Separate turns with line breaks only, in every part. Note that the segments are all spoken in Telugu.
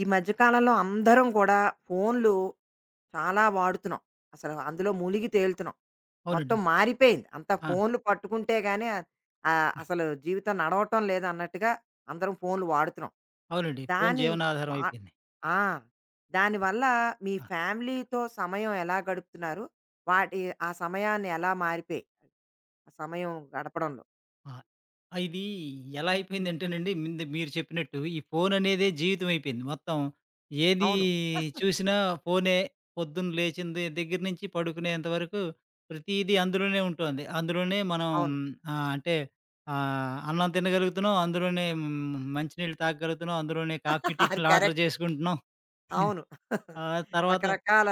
ఈ మధ్య కాలంలో అందరం కూడా ఫోన్లు చాలా వాడుతున్నాం. అసలు అందులో మునిగి తేలుతున్నాం. మొత్తం
అవునండి.
మారిపోయింది. అంతా
ఆ!
ఫోన్లు పట్టుకుంటే గాని
ఆ!
అసలు జీవితం నడవటం లేదన్నట్టుగా అందరం ఫోన్లు వాడుతున్నాం.
అవునండి. ఫోను
దాని
జీవనాధారం
వా
అయిపోయింది.
ఆ! దానివల్ల మీ
ఆ!
ఫ్యామిలీతో సమయం ఎలా గడుపుతున్నారు? వాటి ఆ సమయాన్ని ఎలా మారిపోయాయి? ఆ సమయం గడపడంలో.
ఆ! ఇది ఎలా అయిపోయిందంటేనండి మింద మీరు చెప్పినట్టు ఈ ఫోననేదే జీవితం అయిపోయింది. మొత్తం ఏది
అవును.
చూసినా ఫోనే. పొద్దున్న లేచింది దగ్గర నుంచి పడుకునేంత వరకు ప్రతీదీ అందులోనే ఉంటోంది. అందులోనే మనం
అవును.
ఆహ్, అంటే అన్నం తినగలుగుతున్నాం. అందులోనే మంచినీళ్ళు తాగగలుగుతున్నాం. అందులోనే కాఫీ,
అది
టిఫిన్‌లు ఆర్డర్
కరెక్ట్.
చేసుకుంటున్నాం.
అవును.
ఆ తర్వాత
రకరకాల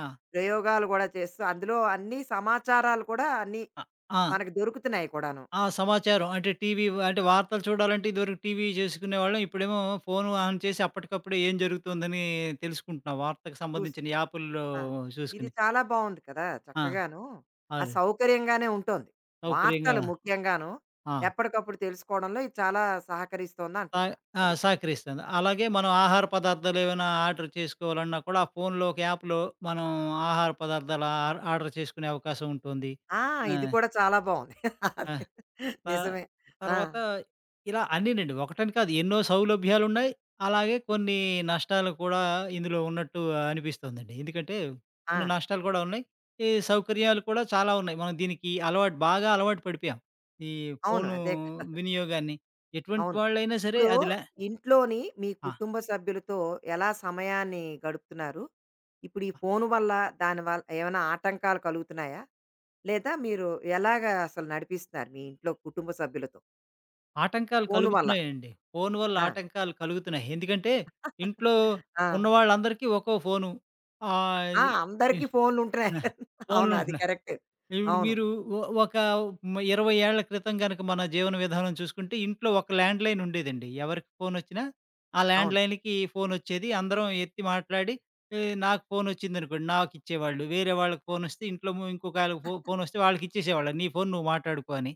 ఆ!
ప్రయోగాలు గూడా చేస్తూ, అందులో అన్ని సమాచారాలు కూడా అన్నీ
ఆ! ఆ!
మనకు దొరుకుతున్నాయి కూడాను
ఆ! సమాచారం అంటే టీవీ అంటే వార్తలు చూడాలంటే ఇదివరకు టీవీ చేసుకునేవాళ్ళం. ఇప్పుడేమో ఫోన్ ఆన్ చేసి అప్పటికప్పుడే ఏం జరుగుతుందని తెలుసుకుంటున్నాం. వార్తకు
చూస్తూ.
సంబంధించిన యాపుల్లో
ఆ! ఇది
చూసుకొని.
చాలా బావుంది కదా!
ఆ!
చక్కగాను. ఆ
అవునండి.
సౌకర్యంగానే ఉంటోంది.
సౌకర్యంగా
వార్తలు ముఖ్యంగాను
ఆ!
ఎప్పటికప్పుడు తెలుసుకోవడంలో ఇది చాలా
సా
సహకరిస్తోందంటున్నారు.
ఆ!
అది.
సహకరిస్తుంది. అలాగే మనం ఆహార పదార్థాలు ఏమైనా ఆర్డర్ చేసుకోవాలన్నా కూడా ఆ ఫోన్‌లో ఒక యాప్‌లో మనం ఆహార పదార్థాలు ఆర్డర్ చేసుకునే అవకాశం ఉంటుంది.
ఆ!
ఆ!
ఇది కూడా చాలా బావుంది.
ఆ!
అదే.
తా
నిజమే. ఆ!
తర్వాత ఇలా అన్నీనండి. ఒకటని కాదు ఎన్నో సౌలభ్యాలున్నాయి. అలాగే కొన్ని నష్టాలు కూడా ఇందులో ఉన్నట్టు అనిపిస్తోందండి. ఎందుకంటే
ఆ!
కొన్ని నష్టాలు కూడా ఉన్నాయి. ఈ సౌకర్యాలు కూడా చాలా ఉన్నాయి. మనం దీనికి అలవాటు పడిపోయాం. ఈ
అవును.
ఫోను
అదే కదా!
వినియోగాన్ని. ఎటువంటి
అవును.
వాళ్ళైనా సరే
ఇప్పుడు
అది
ఇంట్లోని మీ
ఆ!
కుటుంబ సభ్యులతో ఎలా సమయాన్ని గడుపుతున్నారు? ఇప్పుడు ఈ ఫోను వల్ల దాని వల్ల ఏమైనా ఆటంకాలు కలుగుతున్నాయా? లేదా మీరు ఎలాగా అసలు నడిపిస్తున్నారు మీ ఇంట్లో కుటుంబ సభ్యులతో?
ఆటంకాలు
ఫోను వల్ల.
కలుగుతున్నాయండి. ఫోను వల్ల
ఆ!
ఆటంకాలు కలుగుతున్నాయి. ఎందుకంటే ఇంట్లో
ఆ!
ఉన్నవాళ్ళందరికీ ఒక్కో ఫోను. ఆహ్,
ఆ!
ఈ
అందరికీ ఫోన్లు ఉంటున్నాయి. అవును. అది
ఫోన్లుంటున్నాయి.
కరెక్ట్.
ఇప్పుడు
అవును.
మీరు ఒ ఒక మ 20 ఏళ్ల క్రితం గనక మన జీవన విధానం చూసుకుంటే, ఇంట్లో ఒక ల్యాండ్‌లైన్ ఉండేదండి. ఎవరికి ఫోనొచ్చినా, ఆ
అవును.
ల్యాండ్‌లైన్‌కి ఫోనొచ్చేది. అందరం ఎత్తి మాట్లాడి, నాకు ఫోనొచ్చిందనుకోండి నాకిచ్చేవాళ్ళు. వేరే వాళ్ళకి ఫోనొస్తే ఇంట్లో ఇంకొక ఆళ్ళకి ఫోనొస్తే వాళ్ళకిచ్చేసేవాళ్ళు. "నీ ఫోను నువ్వు మాట్లాడుకో" అని.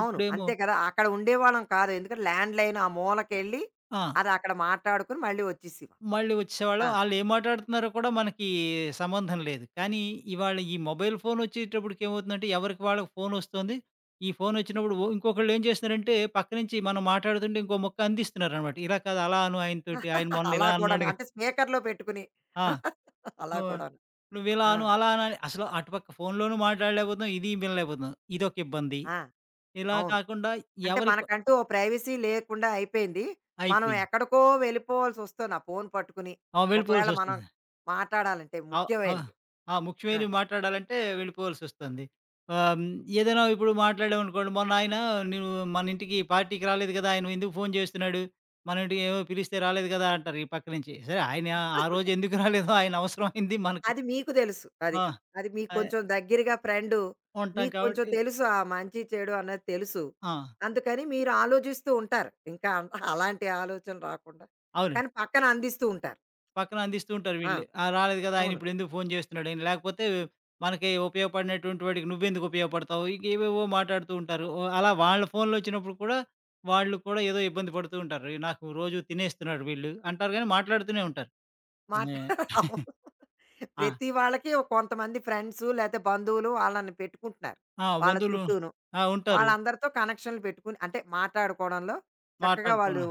అవును.
ఇప్పుడేమో
అంతే కదా! అక్కడ ఉండేవాళ్ళం కాదు. ఎందుకంటే ల్యాండ్‌లైన్ ఆ మూలకెళ్ళి
ఆ!
అది అక్కడ మాట్లాడుకొని మళ్ళీ వచ్చేసేవాళ్ళం.
మళ్ళీ
ఆ!
వచ్చేసేవాళ్ళం. ఆళ్ళేం మాట్లాడుతున్నారో కూడా మనకి సంబంధం లేదు. కానీ ఇవాళ ఈ మొబైల్ ఫోనొచ్చేటప్పటికి ఏమవుతుందంటే, ఎవరికి వాళ్ళకి ఫోనొస్తుంది. ఈ ఫోనొచ్చినప్పుడు ఓ ఇంకొకళ్ళేం చేస్తున్నారంటే, పక్క నుంచి మనం మాట్లాడుతుంటే ఇంకో ముక్క అందిస్తున్నారనమాట. ఇలా కాదు అలా అను ఆయనతోటి. ఆయన మొన్న
అలా
ఇలా
కూడాను.
అన్నాడుగా
అంటే స్పీకర్‌లో పెట్టుకుని
ఆ!
అలా
నువ్వు
కూడాను.
నువ్విలా
ఆ!
అను, అలా అను అని అసలు అటుపక్క ఫోనులోనూ మాట్లాడలేకపోతున్నాం. ఇది వినలేకపోతున్నాం. ఇదొక ఇబ్బంది.
ఆ!
ఇలా
అవును.
కాకుండా
అంటే
ఎవరికో
మనకంటూ ఓ ప్రైవసీ లేకుండా అయిపోయింది. మనం
అయిపోయింది.
ఎక్కడికో వెళ్ళిపోవాల్సొస్తుంది ఆ ఫోను పట్టుకుని.
ఆ!
ఒకవేళ మనం
వెళ్ళిపోవాల్సొస్తుంది.
మాట్లాడాలంటే
అవ్ అవ్
ముఖ్యమైనవి.
ఆ!
ఆ!
ముఖ్యమైనవి మాట్లాడాలంటే వెళ్ళిపోవాల్సొస్తుంది. ఆహ్, హ్మ్, ఏదైనా ఇప్పుడు మాట్లాడామనుకోండి, మొన్న ఆయన "నువ్వు మన ఇంటికి పార్టీకి రాలేదు కదా! ఆయన ఎందుకు ఫోను చేస్తున్నాడు? మన ఇంటికి ఏవో పిలిస్తే రాలేదు కదా!" అంటారు ఈ పక్క నుంచి. సరే ఆయన ఆ రోజు ఎందుకు రాలేదో ఆయన అవసరం అయింది మనకి.
అది మీకు తెలుసు. అది.
ఆ!
అది మీకు
ఆహ్,
కొంచెం దగ్గరగా ఫ్రెండు.
ఉంటాం
మీకు కొంచెం
కాబట్టి
తెలుసు ఆ మంచి, చెడు అన్నది తెలుసు.
ఆ!
అందుకని మీరు ఆలోచిస్తూ ఉంటారు. ఇంకా అలాంటి ఆలోచనలు రాకుండా.
అవును.
కానీ పక్కన అందిస్తూ ఉంటారు.
పక్కన అందిస్తూ ఉంటారు
ఆ!
వీళ్ళే. ఆ! రాలేదు కదా! ఆయన
అవును.
ఇప్పుడెందుకు ఫోను చేస్తున్నాడని, లేకపోతే మనకి ఉపయోగపడినటువంటి వాడికి నువ్వెందుకు ఉపయోగపడతావు? ఇంక ఏవేవో మాట్లాడుతూ ఉంటారు. ఓ అలా వాళ్ళ ఫోన్‌లొచ్చినప్పుడు కూడా, వాళ్ళు కూడా ఏదో ఇబ్బంది పడుతూ ఉంటారు. "ఈ నాకు రోజు తినేస్తున్నారు వీళ్ళు అంటారు గానీ మాట్లాడుతూనే ఉంటారు.
మాట
నే
అవును.
ఆ!
ప్రతి వాళ్ళకి ఓ కొంతమంది ఫ్రెండ్స్ లేతే బంధువులు వాళ్ళని పెట్టుకుంటున్నారు.
ఆ!
వాళ్ళ
బంధువులు
చుట్టూను.
ఆ! ఉంటారు.
వాళ్ళందరితో కనెక్షన్‌లు పెట్టుకొని అంటే మాట్లాడుకోవడంలో చక్కగా
మాట్లాడుతూ
వాళ్ళు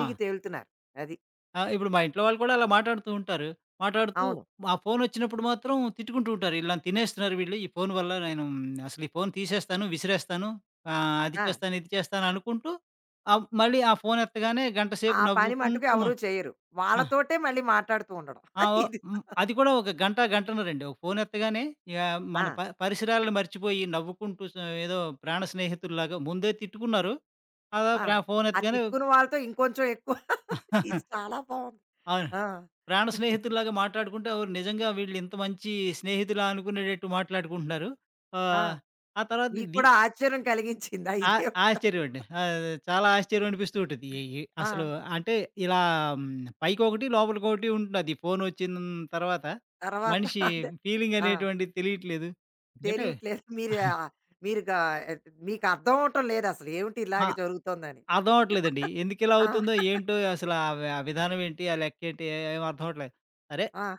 ఆ!
తేలుతున్నారు. అది.
ఆ! ఇప్పుడు మా ఇంట్లో వాళ్ళు కూడా అలా మాట్లాడుతూ ఉంటారు. మాట్లాడుతూ
అవును.
ఆ ఫోనొచ్చినప్పుడు మాత్రం తిట్టుకుంటూ ఉంటారు. ఇలా తినేస్తున్నారు వీళ్ళు. ఈ ఫోను వల్ల నేను అసలు ఈ ఫోను తీసేస్తాను, విసిరేస్తాను. అది
ఆ!
చేస్తాను, ఇది చేస్తాను అనుకుంటూ మళ్ళీ ఆ ఫోను ఎత్తగానే గంట సేపు
ఆ పని మట్టుకు
నవ్వుకుంటూ మా
ఎవరు చేయరు.
ఆ!
వాళ్ళతోటే మళ్ళీ మాట్లాడుతూ ఉండడం.
ఆ! ఓ
ఇది.
అది కూడా ఒక గంట, గంటన్నరండి. ఒక ఫోను ఎత్తగానే ఇక
ఆ!
మన పరిసరాలను మర్చిపోయి నవ్వుకుంటూ ఏదో ప్రాణ స్నేహితుల్లాగా ముందే తిట్టుకున్నారు. అలా
ఆ!
ఫోను
ఆ
ఎత్తగానే
తిట్టుకున్న వాళ్ళతో ఇంకొంచెం ఎక్కువ. ఇది చాలా బావుంది.
అవును.
ఆ!
ప్రాణ స్నేహితుల్లాగా మాట్లాడుకుంటే ఓహ్! నిజంగా వీళ్ళు ఇంత మంచి స్నేహితులా అనుకునేటట్టు మాట్లాడుకుంటున్నారు.
ఆ!
ఆహ్, ఆ తర్వాత
మీకు కూడా ఆశ్చర్యం కలిగించిందా
ఆ
ఇదే?
ఆశ్చర్యం అండి. చాలా ఆశ్చర్యం అనిపిస్తూ ఉంటది. ఈ ఈ
ఆ!
అసలు అంటే ఇలా హ్మ్, పైకొకటి, లోపలికొకటి ఉంటున్నది. ఫోనొచ్చిన తర్వాత
తర్వాత
మనిషి
అంటే
ఫీలింగ్
ఆ!
అనేటువంటిది తెలియట్లేదు. ఎందుకంటే
తెలియట్లేదు. మీరు మీరు గా మీకు అర్థం అవ్వటం లేదసలు. ఏమిటి ఇలాగ
ఆ!
జరుగుతోందని.
అర్థం అవ్వట్లేదండి. ఎందుకిలా
ఆ!
అవుతుందో ఏంటో అసలు ఆ విధానం ఏంటి? ఆ లెక్కేంటి? ఏం అర్థం అవ్వట్లేదు. సరే
ఆ!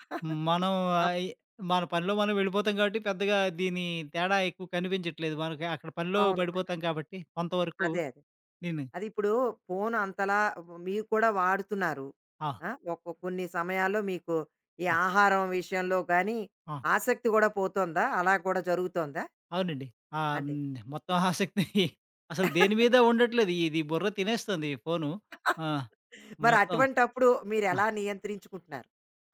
మనం
అవ్
ఆహ్, ఇ మన పనిలో మనం వెళ్ళిపోతాం కాబట్టి పెద్దగా దీని తేడా ఎక్కువ కనిపించట్లేదు. మనకి అక్కడ పనిలో
అవును.
పడిపోతాం కాబట్టి కొంతవరకు
అదే అదే.
దీన్ని
అది ఇప్పుడు ఫోను అంతలా మీరు కూడా వాడుతున్నారు.
ఆ!
ఆ! కొన్ని సమయాల్లో మీకు ఈ
ఆ!
ఆహారం విషయంలో గానీ,
ఆ!
ఆసక్తి గూడా పోతోందా? అలా కూడా జరుగుతోందా?
అవునండి. ఆహ్,
అంటే
హ్మ్. మొత్తం ఆసక్తి అసలు దేని మీద ఉండట్లేదు. ఇది బుర్ర తినేస్తుంది ఫోను. ఆ!
మరి
మొత్తం
అటువంటప్పుడు
ఆ!
మీరెలా నియంత్రించుకుంటున్నారు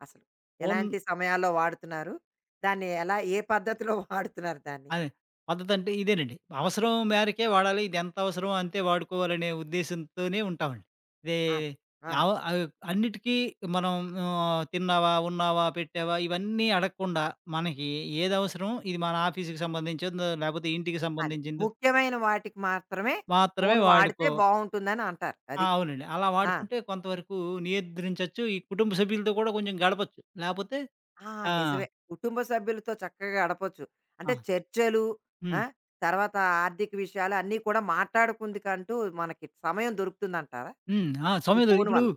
అసలు?
ఫోన్
ఎలాంటి సమయాల్లో వాడుతున్నారు? దాన్ని ఎలా ఏ పద్ధతిలో వాడుతున్నారు దాన్ని?
అదే. పద్ధతంటే ఇదేనండి. అవసరం మేరకే వాడాలి. ఇదెంత అవసరమో అంతే వాడుకోవాలనే ఉద్దేశ్యంతోనే ఉంటామండి. ఇదే
ఆ! ఆ!
అవి అన్నిటికీ మనం తిన్నావా? ఉన్నావా? పెట్టావా? ఇవన్నీ అడగకుండా మనకి ఏదవసరమో ఇది మన ఆఫీస్‌కి సంబంధించిందో, లేపోతే ఇంటికి
అది.
సంబంధించిందో
ముఖ్యమైన వాటికి మాత్రమే
మాత్రమే
ఫోను వాడితే
వాడుకో
బావుంటుందని అంటారు.
ఆ!
అది.
అవునండి. అలా
ఆ!
వాడుకుంటే కొంతవరకు నియంత్రించొచ్చు. ఈ కుటుంబ సభ్యులతో కూడా కొంచెం గడపొచ్చు. లేపోతే
ఆ!
ఆ!
నిజమే. కుటుంబ సభ్యులతో చక్కగా గడపొచ్చు. అంటే
ఆ!
చర్చలు ఆ!
హ్మ్.
తర్వాత ఆర్థిక విషయాలు అన్నీ కూడా మాట్లాడుకుందుకంటూ మనకి సమయం దొరుకుతుందంటారా?
హ్మ్. ఆ!
ఈ
సమయం
ఫోను
ఇప్పుడు
వల్ల.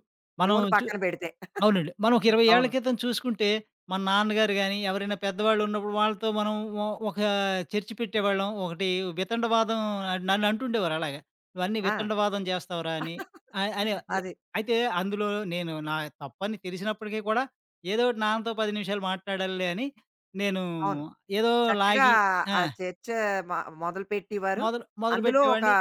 మనం
ఫోను పక్కన పెడితే.
అవునండి. మనం ఒక 20 ఏళ్ల
అవును.
క్రితం చూసుకుంటే, మన నాన్నగారు గాని, ఎవరైనా పెద్దవాళ్ళు ఉన్నప్పుడు వాళ్ళతో మనం ఒక చర్చ్ పెట్టేవాళ్ళం. ఒకటి వితండవాదం నన్ను అంటుండేవారు అలాగా. "నువ్వన్నీ
ఆ!
వితండవాదం చేస్తావురా" అని. ఆహ్, అని ఎ
అది.
అయితే అందులో నేను నా తప్పని తెలిసినప్పటికీ కూడా, ఏదో ఒకటి నాన్నతో 10 నిమిషాలు మాట్లాడాలిలే అని నేను
అవును.
ఏదో
చక్కగా
లాగి ఆ!
ఆ చర్చ మ మొదలుపెట్టేవారు. అందులో ఒక
మొదలుపెట్టేవాడిని.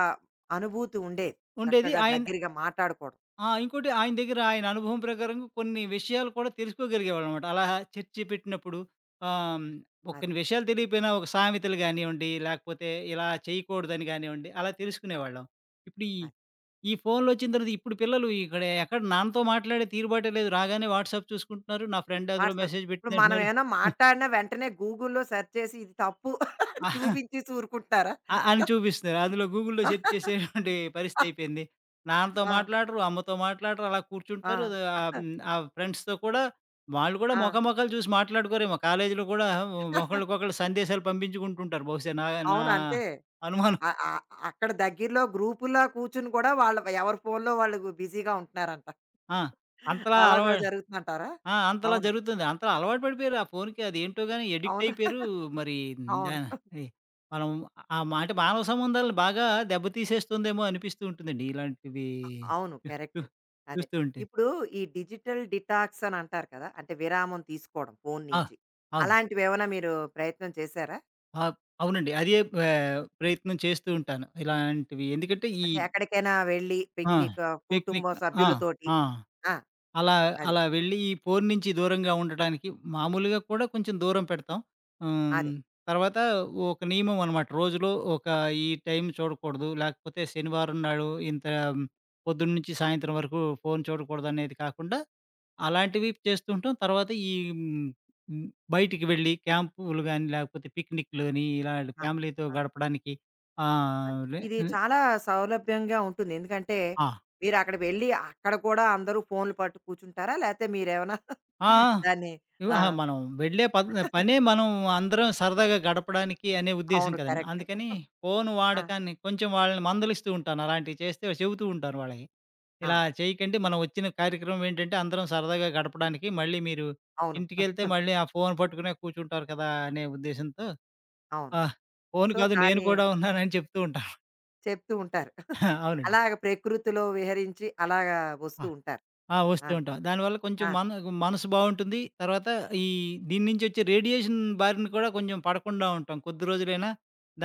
అనుభూతి ఉండేది.
ఉండేది
చక్కగా
ఆయన
దగ్గరగా మాట్లాడుకోవడం.
ఆ! ఇంకోటి ఆయన దగ్గర ఆయన అనుభవం ప్రకారంగా కొన్ని విషయాలు కూడా తెలుసుకోగలిగేవాళ్ళనమాట. అలా చర్చ పెట్టినప్పుడు ఆహ్, హ్మ్, ఒక
అది.
కొన్ని విషయాలు తెలియకపోయినా ఒక సామెతలు గానివ్వండి, లేకపోతే ఇలా చేయకూడదని గానివ్వండి, అలా తెలుసుకునేవాళ్ళం. ఇప్పుడు ఈ
అది.
ఈ ఫోన్‌లొచ్చిన తర్వాత ఇప్పుడు పిల్లలు ఇక్కడ ఎక్కడ నాన్నతో మాట్లాడే తీరుబాటే లేదు. రాగానే వాట్సాప్ చూసుకుంటున్నారు. నా ఫ్రెండ్ ఎదరో
వాట్సాప్.
మెసేజ్
ఇప్పుడు
పెట్టిందంటున్నారు.
మనమేమైనా మాట్లాడినా వెంటనే గూగుల్‌లో సెర్చ్ చేసి ఇది తప్పు అని చూపించేసి ఊరుకుంటారా?
అని చూపిస్తున్నారు. అందులో గూగుల్‌లో సెర్చ్ చేసేటువంటి పరిస్థితి అయిపోయింది. నాన్నతో
ఆ!
మాట్లాడరు, అమ్మతో మాట్లాడరు. అలా కూర్చుంటారు.
ఆ!
ఆ ఫ్రెండ్స్‌తో కూడా వాళ్ళు కూడా
ఆ!
మొఖామొఖాలు చూసి మాట్లాడుకోరేమో. కాలేజీలో కూడా ఒకళ్ళకొకళ్ళు సందేశాలు పంపించుకుంటుంటారు బహుశా. నా నా
అవును. అంతే.
అనుమానం.
అ అ అక్కడ దగ్గరలో గ్రూపుల్లో కూర్చొని కూడా వాళ్ళు ఎవరి ఫోన్‌లో వాళ్ళు బిజీగా ఉంటున్నారంట.
ఆ! అంతలా
అలా
అలవా
కూడా జరుగుతుందంటారా?
ఆ! అంతలా
అవును.
జరుగుతుంది. అంతలా అలవాటు పడిపోయారు ఆ ఫోన్‌కి. అదేంటో గాని ఎడిక్ట్
అవును.
అయిపోయారు. మరి దా
అవును.
అది మనం ఆ మ అంటే మానవ సంబంధాలను బాగా దెబ్బతీసేస్తుందేమో అనిపిస్తూ ఉంటుందండి. ఇలాంటివి
అ అవును.
చూ చూ
కరెక్ట్. అదే.
చూస్తూ ఉంటే.
ఇప్పుడు ఈ డిజిటల్ డిటాక్స్ అని అంటారు కదా! అంటే విరామం తీసుకోవడం ఫోను
ఆ!
నుంచి.
అవును.
అలాంటివేమైనా మీరు ప్రయత్నం చేశారా?
ఆ! అవునండి. అదే ప్రయత్నం చేస్తూ ఉంటాను. ఇలాంటివి ఎందుకంటే ఈ
అంటే ఎక్కడికైనా వెళ్ళి
ఆ!
పిక్నిక్ కుటుంబ
టెక్నిక్ ఆ!
సభ్యులతోటి.
ఆ!
ఆ!
అలా
అది.
అలా వెళ్ళి ఈ ఫోన్ నుంచి దూరంగా ఉండటానికి మామూలుగా కూడా కొంచెం దూరం పెడతాం. ఆహ్,
అదే.
తర్వాత ఒక నియమం అనమాట. రోజులో ఒక ఈ టైం చూడకూడదు. లేకపోతే శనివారం నాడు ఇంత పొద్దున్న నుంచి సాయంత్రం వరకు ఫోన్ చూడకూడదు అనేది కాకుండా అలాంటివి చేస్తూ ఉంటాం. తర్వాత ఈ హ్మ్, హ్మ్, బయటికి వెళ్ళి క్యాంపులు గాని, లేకపోతే పిక్నిక్‌లని ఇలాంటి
ఆహా!
ఫ్యామిలీతో
ఆ!
గడపడానికి
అదే.
ఆహ్, లే
ఇది చాలా సౌలభ్యంగా ఉంటుంది. ఎందుకంటే
ఆ!
మీరక్కడికి వెళ్లి అక్కడ కూడా అందరూ ఫోన్‌లు పట్టు కూర్చుంటారా? లేతే మీరేమైనా
ఆ! ఆ!
దాన్ని ఆ!
మనం వెళ్ళే పనే మనం అందరం సరదాగా గడపడానికి అనే ఉద్దేశం
అవును.
కదండి.
కరెక్ట్.
అందుకని ఫోను
ఆ!
వాడకాన్ని కొంచెం వాళ్ళని మందలిస్తూ ఉంటాను. అలాంటివి చేస్తే చెబుతూ ఉంటాను వాళ్ళకి. ఇలా
ఆ!
చేయకండి మనం వచ్చిన కార్యక్రమం ఏంటంటే అందరం సరదాగా గడపడానికి. మళ్ళీ మీరు
అవును.
ఇంటికెళ్తే మళ్ళీ ఆ ఫోను పట్టుకునే కూర్చుంటారు కదా! అనే ఉద్దేశంతో
అవును.
ఆహ్, ఫోను
సో,
కాదు నేను
దాని
కూడా ఉన్నానని చెప్తూ ఉంటాను.
చెప్తూ ఉంటారు.
అవునండి.
అలాగ ప్రకృతిలో విహరించి అలాగా వస్తూ
ఆ!
ఉంటారు.
ఆ!
ఆ!
వస్తూ ఉంటాం. దానివల్ల కొంచెం
ఆ!
మన మనసు బావుంటుంది. తర్వాత ఈ దీని నుంచి వచ్చే రేడియేషన్ బారిన కూడా కొంచెం పడకుండా ఉంటాం. కొద్ది రోజులైనా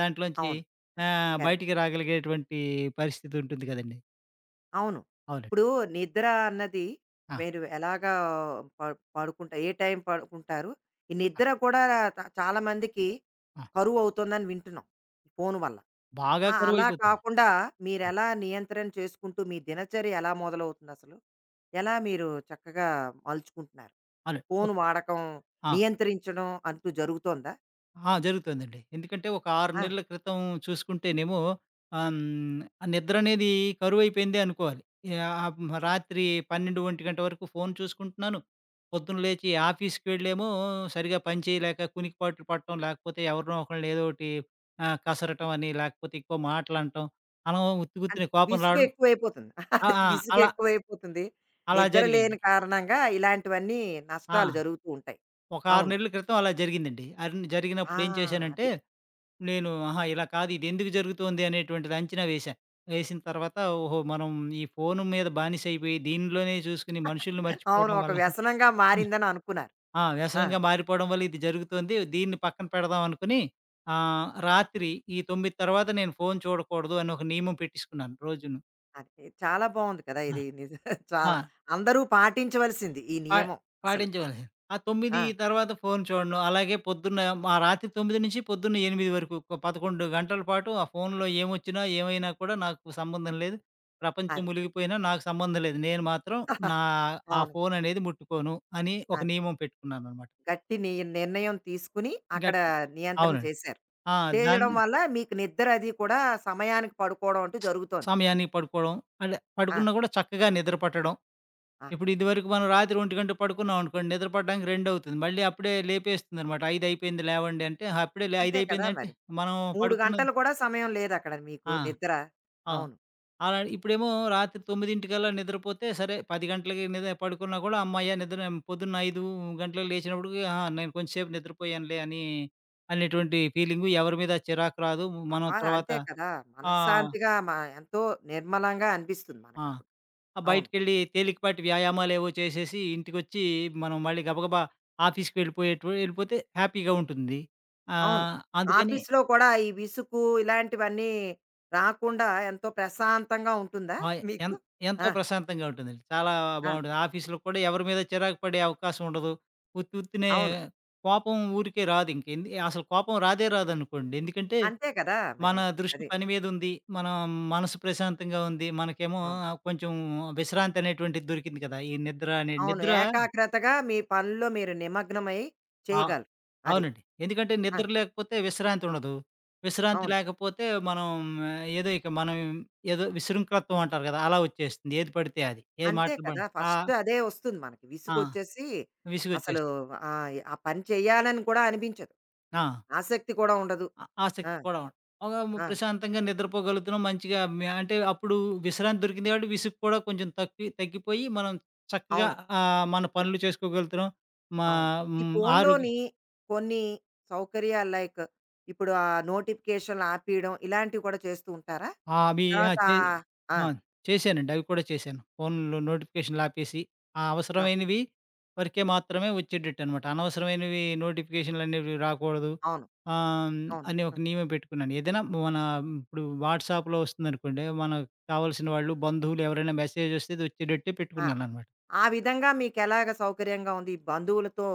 దాంట్లోంచి
అవును. కరెక్ట్. కరెక్ట్.
బయటికి రాగలిగేటువంటి పరిస్థితి ఉంటుంది కదండీ!
అవును.
అవునండి.
ఇప్పుడు నిద్ర అన్నది
ఆ!
మీరు ఎలాగా ప పడుకుంటా ఏ టైం పడుకుంటారు? ఈ
ఆ!
నిద్ర కూడా చాలా మందికి
ఆ!
కరువవుతుందని వింటున్నాం. ఫోను వల్ల.
బాగా
ఆ! అలా
కరువైపోతుంది.
కాకుండా
ఆ!
మీరెలా నియంత్రణ చేసుకుంటూ మీ దినచర్య ఎలా మొదలవుతుందసలు? ఎలా మీరు చక్కగా మలుచుకుంటున్నారు?
అవును.
Phone
okay.
వాడకం
ఆ!
నియంత్రించడం అంటూ జరుగుతోందా?
ఆ! జరుగుతుందండి. ఎందుకంటే ఒక 6
ఆ!
నెలల క్రితం చూసుకుంటేనేమో ఆ నిద్రనేది కరువైపోయిందే అనుకోవాలి. ఆహ్, రాత్రి 12, 1 గంట వరకు ఫోన్ చూసుకుంటున్నాను. పొద్దున లేచి ఆఫీస్‌కి వెళ్ళేమో సరిగ్గా పని చేయలేక కునికిపాట్లు పడటం, లేకపోతే ఎవరినో ఒకళ్ళని ఏదో ఒకటి కసరటం అని, లేకపోతే ఎక్కువ మాటలనటం, అలా ఉత్తి
అంటే
ఉత్తినే కోపం
విసుగు
రావడం
ఎక్కువైపోతుంది.
ఆ!
అదే
ఆ!
విసుగు
అలా
ఎక్కువైపోతుంది.
అలా
నిద్ర
జరిగేది.
లేని కారణంగా ఇలాంటివన్నీ
ఆ!
నష్టాలు జరుగుతూ ఉంటాయి.
ఒక 6
అవును.
నెలల క్రితం అలా జరిగిందండి.
ఆ!
జరిగినప్పుడు ఏం చేశానంటే
అది.
నేను ఆహా! ఇలా కాదు ఇదెందుకు జరుగుతోంది అనేటువంటిది అంచనా వేశా. వేసిన తర్వాత ఓహో! మనం ఈ ఫోను మీద బానిసైపోయి దీనిలోనే చూసుకుని మనుషుల్ని
అవును.
మర్చిపోవడం
ఒక
వల్ల
వ్యసనంగా మారిందని అనుకున్నారు.
ఆ!
ఆ!
వ్యసనంగా మారిపోవడం వల్ల ఇది జరుగుతోంది. దీన్ని పక్కన పెడదాం అనుకుని రాత్రి ఈ 9 తర్వాత నేను ఫోను చూడకూడదు అని ఒక నియమం పెట్టేసుకున్నాను రోజును.
అది. చాలా బావుంది కదా!
ఆ!
ఇది నిజ
ఆ!
చాలా అందరూ పాటించవలసింది ఈ
పా
నియమం అసలు.
పాటించేవాళ్ళు. ఆ 9
ఆ!
తర్వాత ఫోను చూడను. అలాగే పొద్దున్న మా రాత్రి 9 నుంచి పొద్దున్న 8 వరకు ఒక 11 గంటల పాటు ఆ ఫోనులో ఏమొచ్చినా, ఏమైనా కూడా నాకు సంబంధం లేదు. ప్రపంచం
అది.
మునిగిపోయినా నాకు సంబంధం లేదు. నేను మాత్రం నా ఆ
అవును.
ఫోననేది ముట్టుకోను అని ఒక
అది.
నియమం పెట్టుకున్నాననమాట.
గట్టి నిర్ణయం తీసుకుని అక్కడ
గట్
నియంత్రణ
అవునండి.
చేశారు.
ఆ!
చేయడం
దాన్ని
వల్ల మీకు నిద్ర అది కూడా సమయానికి పడుకోవడం అంటూ
స-
జరుగుతోంది.
సమయానికి పడుకోవడం, అంటే
ఆ!
పడుకున్నా కూడా చక్కగా నిద్ర పట్టడం.
ఆ!
ఇప్పుడు ఇదివరకు మనం రాత్రి 1 పడుకున్నాం అనుకోండి, నిద్ర పడడానికి 2 అవుతుంది. మళ్ళీ అప్పుడే లేపేస్తుందనమాట. 5 అయిపోయింది లేవండి అంటే, "ఆ, అప్పుడే లే 5
అంతే కదా
అయిపోయిందంటే
మరి.
మనం
3
పడుకున్నది
గంటలు కూడా సమయం లేదక్కడ మీకు
ఆ!
నిద్ర.
ఆ!
అవును.
అలా ఇప్పుడేమో రాత్రి 9:00కల్లా నిద్రపోతే సరే 10 గంటలకి పడుకున్నా కూడా హమ్మయ్య! నిద్ర పొద్దున్న 5 గంటలకు లేచినప్పటికి ఆహా! నేను కొంచెం సేపు నిద్రపోయానులే అని అనేటువంటి ఫీలింగు ఎవరి మీద చిరాకు రాదు. మనం
ఆ!
తర్వాత
అంతే కదా!
ఆ!
మనశ్శాంతిగా మ ఎంతో నిర్మలంగా అనిపిస్తుంది
ఆ!
మనకప్పుడు.
ఆ!
అవును.
బయటికెళ్ళి తేలికపాటి వ్యాయామాలేవో చేసేసి, ఇంటికొచ్చి మనం మళ్ళీ గబగబా ఆఫీస్‌కి వెళ్ళిపోయేటు వెళ్ళిపోతే హ్యాపీగా ఉంటుంది.
అవును.
అందుకని
ఆఫీస్‌లో కూడా ఈ విసుగు ఇలాంటివన్నీ రాకుండా ఎంతో ప్రశాంతంగా ఉంటుందా
ఆహ్, ఎం
మీకు?
ఎంతో
ఆ!
ప్రశాంతంగా ఉంటుందండి. చాలా
ఆ!
బావుంటుంది. ఆఫీస్‌లో కూడా ఎవరి మీద చిరాకు పడే అవకాశం ఉండదు. ఉత్తి ఉత్తినే
అవును.
కోపం ఊరికే రాదు. ఇంకేంది అసలు కోపం రాదే రాదనుకోండి. ఎందుకంటే,
అంతే కదా
మన
మరి.
దృష్టి
అది.
పని మీదుంది. మన మనసు ప్రశాంతంగా ఉంది. మనకేమో
అవును.
కొంచెం విశ్రాంతి అనేటువంటిది దొరికింది కదా! ఈ నిద్ర అనే
అవును.
నిద్ర
ఏకాగ్రతగా మీ పనుల్లో మీరు నిమగ్నమై
ఆ!
చేయగలరు. అది.
అవునండి. ఎందుకంటే
ఆ!
నిద్ర లేకపోతే విశ్రాంతి ఉండదు. విశ్రాంతి
అవును.
లేకపోతే మనం ఆ, ఏదో ఇక మనం ఏదో విశృంఖలత్వం అంటారు కదా! అలా వచ్చేస్తుంది. ఏది పడితే అది. ఏ
అంతే
మాటలు
కదా!
పడి ఆ!
ఫస్ట్ అదే వస్తుంది మనకి.
ఆ!
విసుగొచ్చేసి అసలు
విసుగొచ్చేస్తుంది.
ఆ పని చేయాలని కూడా అనిపించదు.
ఆ!
ఆసక్తి కూడా ఉండదు.
ఆ
ఆ!
ఆసక్తి కూడా ఉండదు. ఒగా
ఆ!
ప్రశాంతంగా నిద్రపోగలుగుతున్నాం. మంచిగా మే అంటే అప్పుడు విశ్రాంతి దొరికింది కాబట్టి విసుగు కూడా కొంచెం తగ్గిపోయి మనం చక్కగా
అవును.
మన పనులు చేసుకోగలుగుతున్నాం. మా
అవును. ఈ
హ్మ్. ఆరోగ్య
ఫోనులోని కొన్ని సౌకర్యాలు లైక్ ఇప్పుడు ఆ నోటిఫికేషన్లు ఆపేయడం ఇలాంటివి కూడా చేస్తూ ఉంటారా?
ఆ! అవి ఆ!
తర్వాత ఆ!
ఆ! చేశానండి. అవి కూడా చేశాను. ఫోన్‌లో నోటిఫికేషన్‌లు ఆపేసి, ఆ
ఆ!
అవసరమైనవి వరకే మాత్రమే వచ్చేటట్టనమాట. అనవసరమైనవి నోటిఫికేషన్‌లనేవి రాకూడదు.
అవును.
ఆహ్,
అవును.
అని ఒక నియమం పెట్టుకున్నాను. ఏదైనా మన ఇప్పుడు వాట్సాప్‌లో వస్తుందనుకోండి, మనకు కావాల్సిన వాళ్ళు, బంధువులు ఎవరైనా మెసేజ్ వస్తే అది వచ్చేటట్టే
ఆ!
పెట్టుకున్నాననమాట.
ఆ విధంగా మీకెలాగ సౌకర్యంగా ఉంది? ఈ బంధువులతో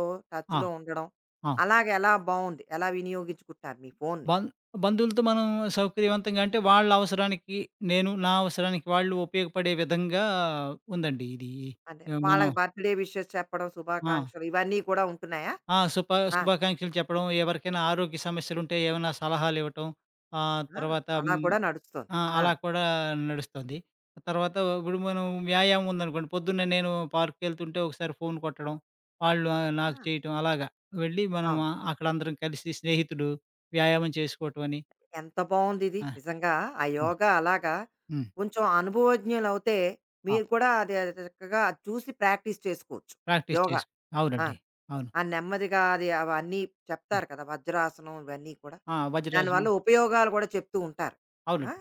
ఆ!
టచ్‌లో ఉండడం
ఆ!
అలాగ ఎలా బావుంది? ఎలా వినియోగించుకుంటారు మీ ఫోనుని?
బం బంధువులతో మనం సౌకర్యవంతంగా అంటే వాళ్ళ అవసరానికి నేను, నా అవసరానికి వాళ్ళు ఉపయోగపడే విధంగా ఉందండి ఇది.
అదే.
మనం
వాళ్ళకి బర్త్‌డే విషెస్ చెప్పడం,
ఆ!
శుభాకాంక్షలు ఇవన్నీ కూడా ఉంటున్నాయా?
ఆ!
ఆ!
శుభాకాంక్షలు చెప్పడం, ఎవరికైనా ఆరోగ్య సమస్యలుంటే ఏమైనా సలహాలివ్వటం. ఆహ్,
ఆ!
తర్వాత
అలా
హ్మ్,
కూడా నడుస్తోంది.
ఆ!
ఆ!
అలా కూడా నడుస్తుంది. తర్వాత ఇప్పుడు మనం వ్యాయామం ఉందనుకోండి, పొద్దున్నే నేను పార్క్‌కెళ్తుంటే ఒకసారి ఫోన్ కొట్టడం, వాళ్ళు
ఆ!
నాకు చేయటం అలాగా. వెళ్ళి మనం
అవును.
అక్కడ అందరం కలిసి స్నేహితులు వ్యాయామం చేసుకోవటం అని.
ఎంత బావుందిది.
ఆ!
నిజంగా ఆ
ఆ!
యోగా అలాగా
హ్మ్.
కొంచెం అనుభవజ్ఞులవుతే
ఆ!
మీరు కూడా అది అది చక్కగా చూసి ప్రాక్టీస్ చేసుకోవచ్చు.
ప్రాక్టీస్
యోగా.
చేసు
ఆ!
అవునండి. అవును.
ఆ నెమ్మదిగా అది అవన్నీ
హ్మ్.
చెప్తారు కదా! వజ్రాసనం ఇవన్నీ కూడా.
ఆ! వజ్రాసనం.
దానివల్ల ఉపయోగాలు కూడా చెప్తూ ఉంటారు. ఆ!
అవునండి.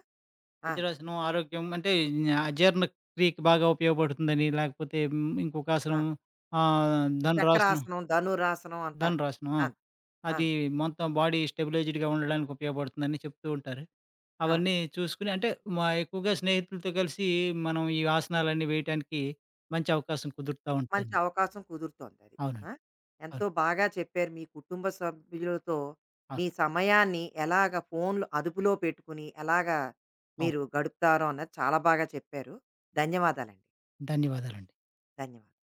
ఆ!
వజ్రాసనం ఆరోగ్యం అంటే అజీర్ణ క్రియకి బాగా ఉపయోగపడుతుందని, లేకపోతే ఇంకొక
ఆ!
ఆసనం ధనురాసనం
చక్రాసనం, ధనురాసనం అంటారు.
ధనురాసనం. ఆ!
ఆ! ఆ!
అది మొత్తం బాడీ స్టెబిలైజ్డ్‌గా ఉండడానికి ఉపయోగపడుతుందని చెప్తూ ఉంటారు.
ఆ!
అవన్నీ చూసుకొని అంటే మా ఎక్కువగా స్నేహితులతో కలిసి మనం ఈ ఆసనాలన్నీ వేయటానికి మంచి అవకాశం కుదురుతా
మంచి
ఉంటదండి.
అవకాశం కుదురుతోందది. ఆ!
అవునండి.
ఎంతో
అవును.
బాగా చెప్పారు. మీ కుటుంబ సభ్యులతో మీ
అవును.
సమయాన్ని ఎలాగ ఫోన్‌లు అదుపులో పెట్టుకుని, ఎలాగా
అవును.
మీరు గడుపుతారో అన్నది చాలా బాగా చెప్పారు. ధన్యవాదాలండి.
ధన్యవాదాలండి.
ధన్యవాదాలు.